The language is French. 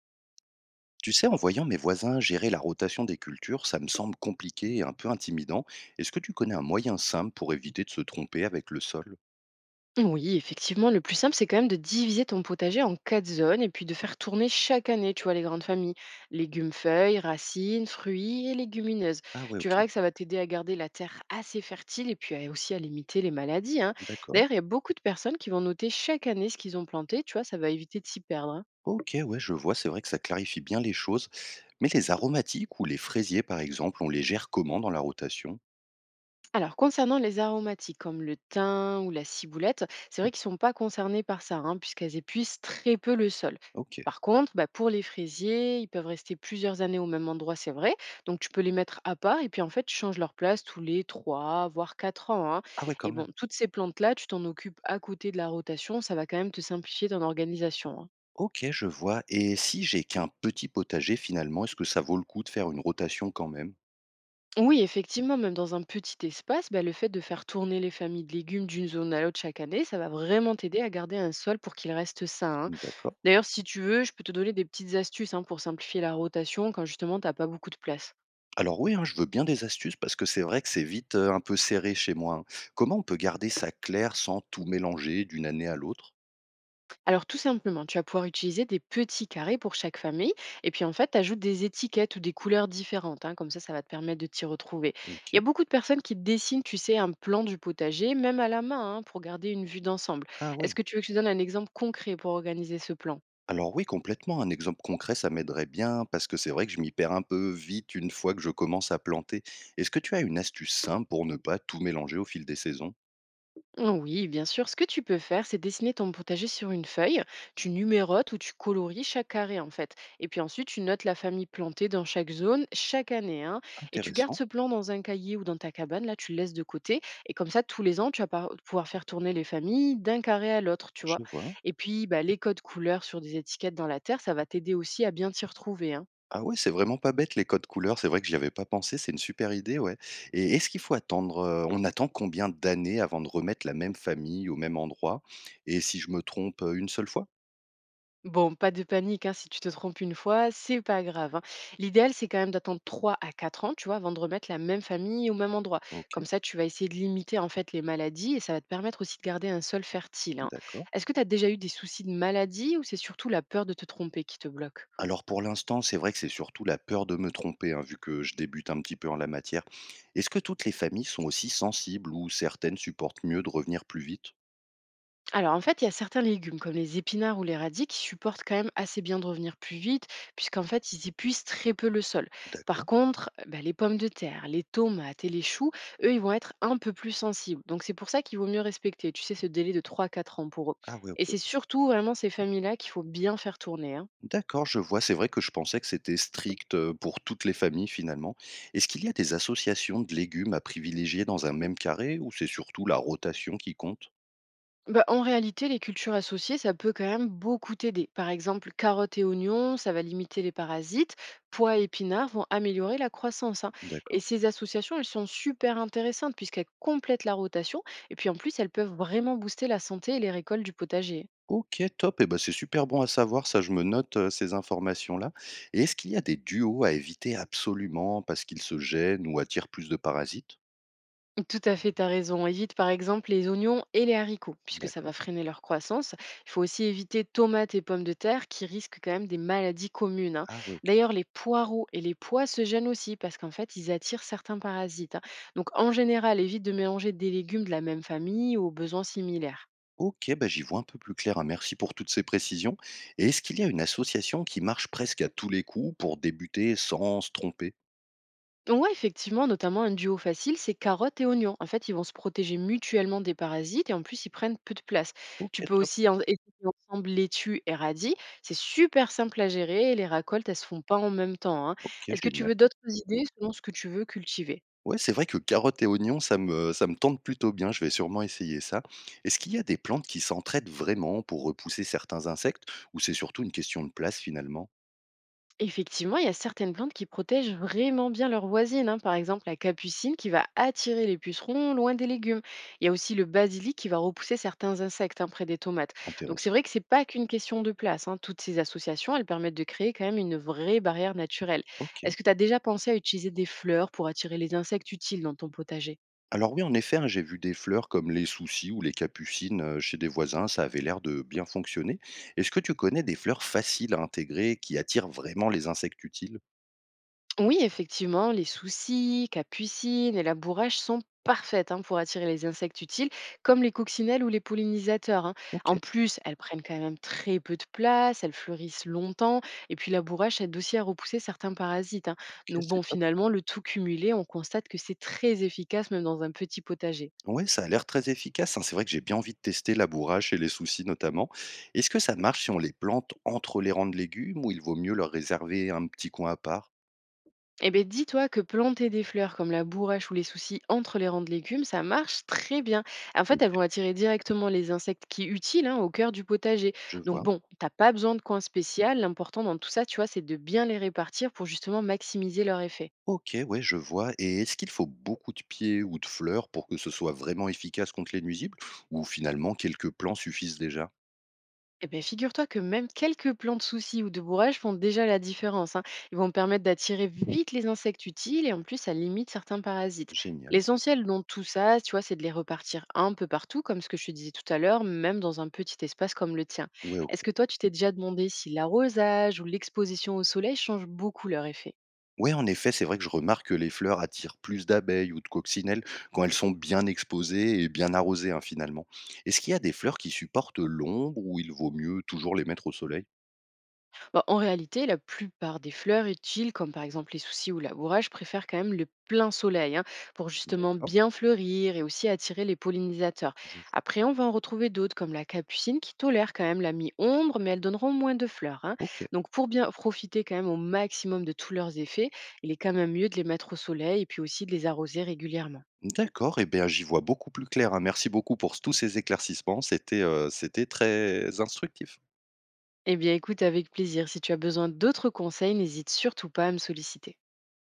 Tu sais, en voyant mes voisins gérer la rotation des cultures, ça me semble compliqué et un peu intimidant. Est-ce que tu connais un moyen simple pour éviter de se tromper avec le sol? Oui, effectivement, le plus simple, c'est quand même de diviser ton potager en quatre zones et puis de faire tourner chaque année, tu vois, les grandes familles, légumes, feuilles, racines, fruits et légumineuses. Ah ouais, Tu ok, verras que ça va t'aider à garder la terre assez fertile et puis aussi à limiter les maladies, hein. d'accord. D'ailleurs, il y a beaucoup de personnes qui vont noter chaque année ce qu'ils ont planté, tu vois, ça va éviter de s'y perdre, hein. Ok, ouais, je vois, c'est vrai que ça clarifie bien les choses. Mais les aromatiques ou les fraisiers, par exemple, on les gère comment dans la rotation? Alors, concernant les aromatiques comme le thym ou la ciboulette, c'est vrai qu'ils ne sont pas concernés par ça, hein, puisqu'elles épuisent très peu le sol. Ok. Par contre, bah, pour les fraisiers, ils peuvent rester plusieurs années au même endroit, c'est vrai. Donc, tu peux les mettre à part et puis en fait, tu changes leur place tous les 3 voire 4 ans, hein. Ah ouais, quand Et même. bon, toutes ces plantes-là, tu t'en occupes à côté de la rotation, ça va quand même te simplifier ton organisation, hein. Ok, je vois. Et si j'ai qu'un petit potager, finalement, est-ce que ça vaut le coup de faire une rotation quand même? Oui, effectivement, même dans un petit espace, bah, le fait de faire tourner les familles de légumes d'une zone à l'autre chaque année, ça va vraiment t'aider à garder un sol pour qu'il reste sain, hein. D'accord. D'ailleurs, si tu veux, je peux te donner des petites astuces, hein, pour simplifier la rotation quand justement tu n'as pas beaucoup de place. Alors oui, hein, je veux bien des astuces parce que c'est vrai que c'est vite, un peu serré chez moi, hein. Comment on peut garder ça clair sans tout mélanger d'une année à l'autre? Alors tout simplement, tu vas pouvoir utiliser des petits carrés pour chaque famille et puis en fait, tu ajoutes des étiquettes ou des couleurs différentes, hein, comme ça va te permettre de t'y retrouver. Il y OK. a beaucoup de personnes qui dessinent, tu sais, un plan du potager, même à la main, hein, pour garder une vue d'ensemble. Ah ouais. Est-ce que tu veux que je te donne un exemple concret pour organiser ce plan? Alors oui, complètement, un exemple concret, ça m'aiderait bien parce que c'est vrai que je m'y perds un peu vite une fois que je commence à planter. Est-ce que tu as une astuce simple pour ne pas tout mélanger au fil des saisons? Oh oui, bien sûr. Ce que tu peux faire, c'est dessiner ton potager sur une feuille. Tu numérotes ou tu colories chaque carré, en fait. Et puis ensuite, tu notes la famille plantée dans chaque zone chaque année, hein. Et tu gardes Intéressant. ce plan dans un cahier ou dans ta cabane. Là, tu le laisses de côté. Et comme ça, tous les ans, tu vas pouvoir faire tourner les familles d'un carré à l'autre, tu Je vois. vois. Et puis, bah, les codes couleurs sur des étiquettes dans la terre, ça va t'aider aussi à bien t'y retrouver, hein. Ah ouais, c'est vraiment pas bête les codes couleurs, c'est vrai que j'y avais pas pensé, c'est une super idée, ouais. Et est-ce qu'il faut attendre, on attend combien d'années avant de remettre la même famille au même endroit? Et si je me trompe une seule fois? Bon, pas de panique, hein, si tu te trompes une fois, c'est pas grave, hein. L'idéal, c'est quand même d'attendre 3 à 4 ans, tu vois, avant de remettre la même famille au même endroit. Ok, Comme ça, tu vas essayer de limiter en fait les maladies et ça va te permettre aussi de garder un sol fertile, hein. d'accord. Est-ce que tu as déjà eu des soucis de maladie ou c'est surtout la peur de te tromper qui te bloque? Alors pour l'instant, c'est vrai que c'est surtout la peur de me tromper, hein, vu que je débute un petit peu en la matière. Est-ce que toutes les familles sont aussi sensibles ou certaines supportent mieux de revenir plus vite? Alors en fait, il y a certains légumes comme les épinards ou les radis qui supportent quand même assez bien de revenir plus vite, puisqu'en fait, ils épuisent très peu le sol. Par D'accord. contre, bah, les pommes de terre, les tomates et les choux, eux, ils vont être un peu plus sensibles. Donc c'est pour ça qu'il vaut mieux respecter, tu sais, ce délai de 3 à 4 ans pour eux. Ah ouais, Et ok. c'est surtout vraiment ces familles-là qu'il faut bien faire tourner, hein. D'accord, je vois. C'est vrai que je pensais que c'était strict pour toutes les familles finalement. Est-ce qu'il y a des associations de légumes à privilégier dans un même carré ou c'est surtout la rotation qui compte? Bah, en réalité, les cultures associées, ça peut quand même beaucoup t'aider. Par exemple, carottes et oignons, ça va limiter les parasites. Pois et épinards vont améliorer la croissance, hein. Et D'accord. ces associations, elles sont super intéressantes puisqu'elles complètent la rotation. Et puis en plus, elles peuvent vraiment booster la santé et les récoltes du potager, hein. Ok, top. Et ben, c'est super bon à savoir. Ça, je me note ces informations-là. Et est-ce qu'il y a des duos à éviter absolument parce qu'ils se gênent ou attirent plus de parasites? Tout à fait, tu as raison. Évite par exemple les oignons et les haricots, puisque ça va D'accord. freiner leur croissance. Il faut aussi éviter tomates et pommes de terre qui risquent quand même des maladies communes, hein. Ah ouais, ok. D'ailleurs, les poireaux et les pois se gênent aussi parce qu'en fait, ils attirent certains parasites, hein. Donc en général, évite de mélanger des légumes de la même famille ou aux besoins similaires. Ok, bah, j'y vois un peu plus clair, hein. Merci pour toutes ces précisions. Et est-ce qu'il y a une association qui marche presque à tous les coups pour débuter sans se tromper? Ouais, effectivement, notamment un duo facile, c'est carottes et oignons. En fait, ils vont se protéger mutuellement des parasites et en plus, ils prennent peu de place. Ok, Tu peux top. aussi essayer ensemble laitue et radis. C'est super simple à gérer et les récoltes, elles se font pas en même temps, hein. OK, Est-ce que tu génial. veux d'autres idées selon ce que tu veux cultiver? Ouais, c'est vrai que carottes et oignons, ça me tente plutôt bien, je vais sûrement essayer ça. Est-ce qu'il y a des plantes qui s'entraident vraiment pour repousser certains insectes ou c'est surtout une question de place finalement? Effectivement, il y a certaines plantes qui protègent vraiment bien leurs voisines, hein. Par exemple, la capucine qui va attirer les pucerons loin des légumes. Il y a aussi le basilic qui va repousser certains insectes, hein, près des tomates. Donc c'est Intéressant. vrai que c'est pas qu'une question de place, hein. Toutes ces associations, elles permettent de créer quand même une vraie barrière naturelle. OK. Est-ce que tu as déjà pensé à utiliser des fleurs pour attirer les insectes utiles dans ton potager? Alors oui, en effet, hein, j'ai vu des fleurs comme les soucis ou les capucines chez des voisins, ça avait l'air de bien fonctionner. Est-ce que tu connais des fleurs faciles à intégrer qui attirent vraiment les insectes utiles? Oui, effectivement, les soucis, capucines et la bourrache sont parfaites, hein, pour attirer les insectes utiles, comme les coccinelles ou les pollinisateurs, hein. OK. En plus, elles prennent quand même très peu de place, elles fleurissent longtemps, et puis la bourrache aide aussi à repousser certains parasites, hein. OK, Donc c'est bon, top. finalement, le tout cumulé, on constate que c'est très efficace même dans un petit potager. Ouais, ça a l'air très efficace, hein. C'est vrai que j'ai bien envie de tester la bourrache et les soucis notamment. Est-ce que ça marche si on les plante entre les rangs de légumes ou il vaut mieux leur réserver un petit coin à part? Eh bien, dis-toi que planter des fleurs comme la bourrache ou les soucis entre les rangs de légumes, ça marche très bien. En fait, Ok, elles vont attirer directement les insectes qui utiles, hein, au cœur du potager. je Donc vois. bon, t'as pas besoin de coin spécial. L'important dans tout ça, tu vois, c'est de bien les répartir pour justement maximiser leur effet. Ok, ouais, je vois. Et est-ce qu'il faut beaucoup de pieds ou de fleurs pour que ce soit vraiment efficace contre les nuisibles ou finalement quelques plants suffisent déjà? Eh ben, figure-toi que même quelques plants de soucis ou de bourrage font déjà la différence, hein. Ils vont permettre d'attirer vite les insectes utiles et en plus, ça limite certains parasites. Génial. L'essentiel dans tout ça, tu vois, c'est de les repartir un peu partout, comme ce que je te disais tout à l'heure, même dans un petit espace comme le tien. Ouais, Est-ce ok. que toi, tu t'es déjà demandé si l'arrosage ou l'exposition au soleil change beaucoup leur effet? Ouais, en effet, c'est vrai que je remarque que les fleurs attirent plus d'abeilles ou de coccinelles quand elles sont bien exposées et bien arrosées, hein, finalement. Est-ce qu'il y a des fleurs qui supportent l'ombre ou il vaut mieux toujours les mettre au soleil? Bah, en réalité, la plupart des fleurs utiles, comme par exemple les soucis ou labourage, préfèrent quand même le plein soleil, hein, pour justement D'accord, bien fleurir et aussi attirer les pollinisateurs. je vois. Après, on va en retrouver d'autres comme la capucine qui tolère quand même la mi-ombre, mais elles donneront moins de fleurs, hein. Ok. Donc, pour bien profiter quand même au maximum de tous leurs effets, il est quand même mieux de les mettre au soleil et puis aussi de les arroser régulièrement. D'accord, eh bien j'y vois beaucoup plus clair, hein. Merci beaucoup pour tous ces éclaircissements. C'était très instructif. Eh bien, écoute, avec plaisir. Si tu as besoin d'autres conseils, n'hésite surtout pas à me solliciter.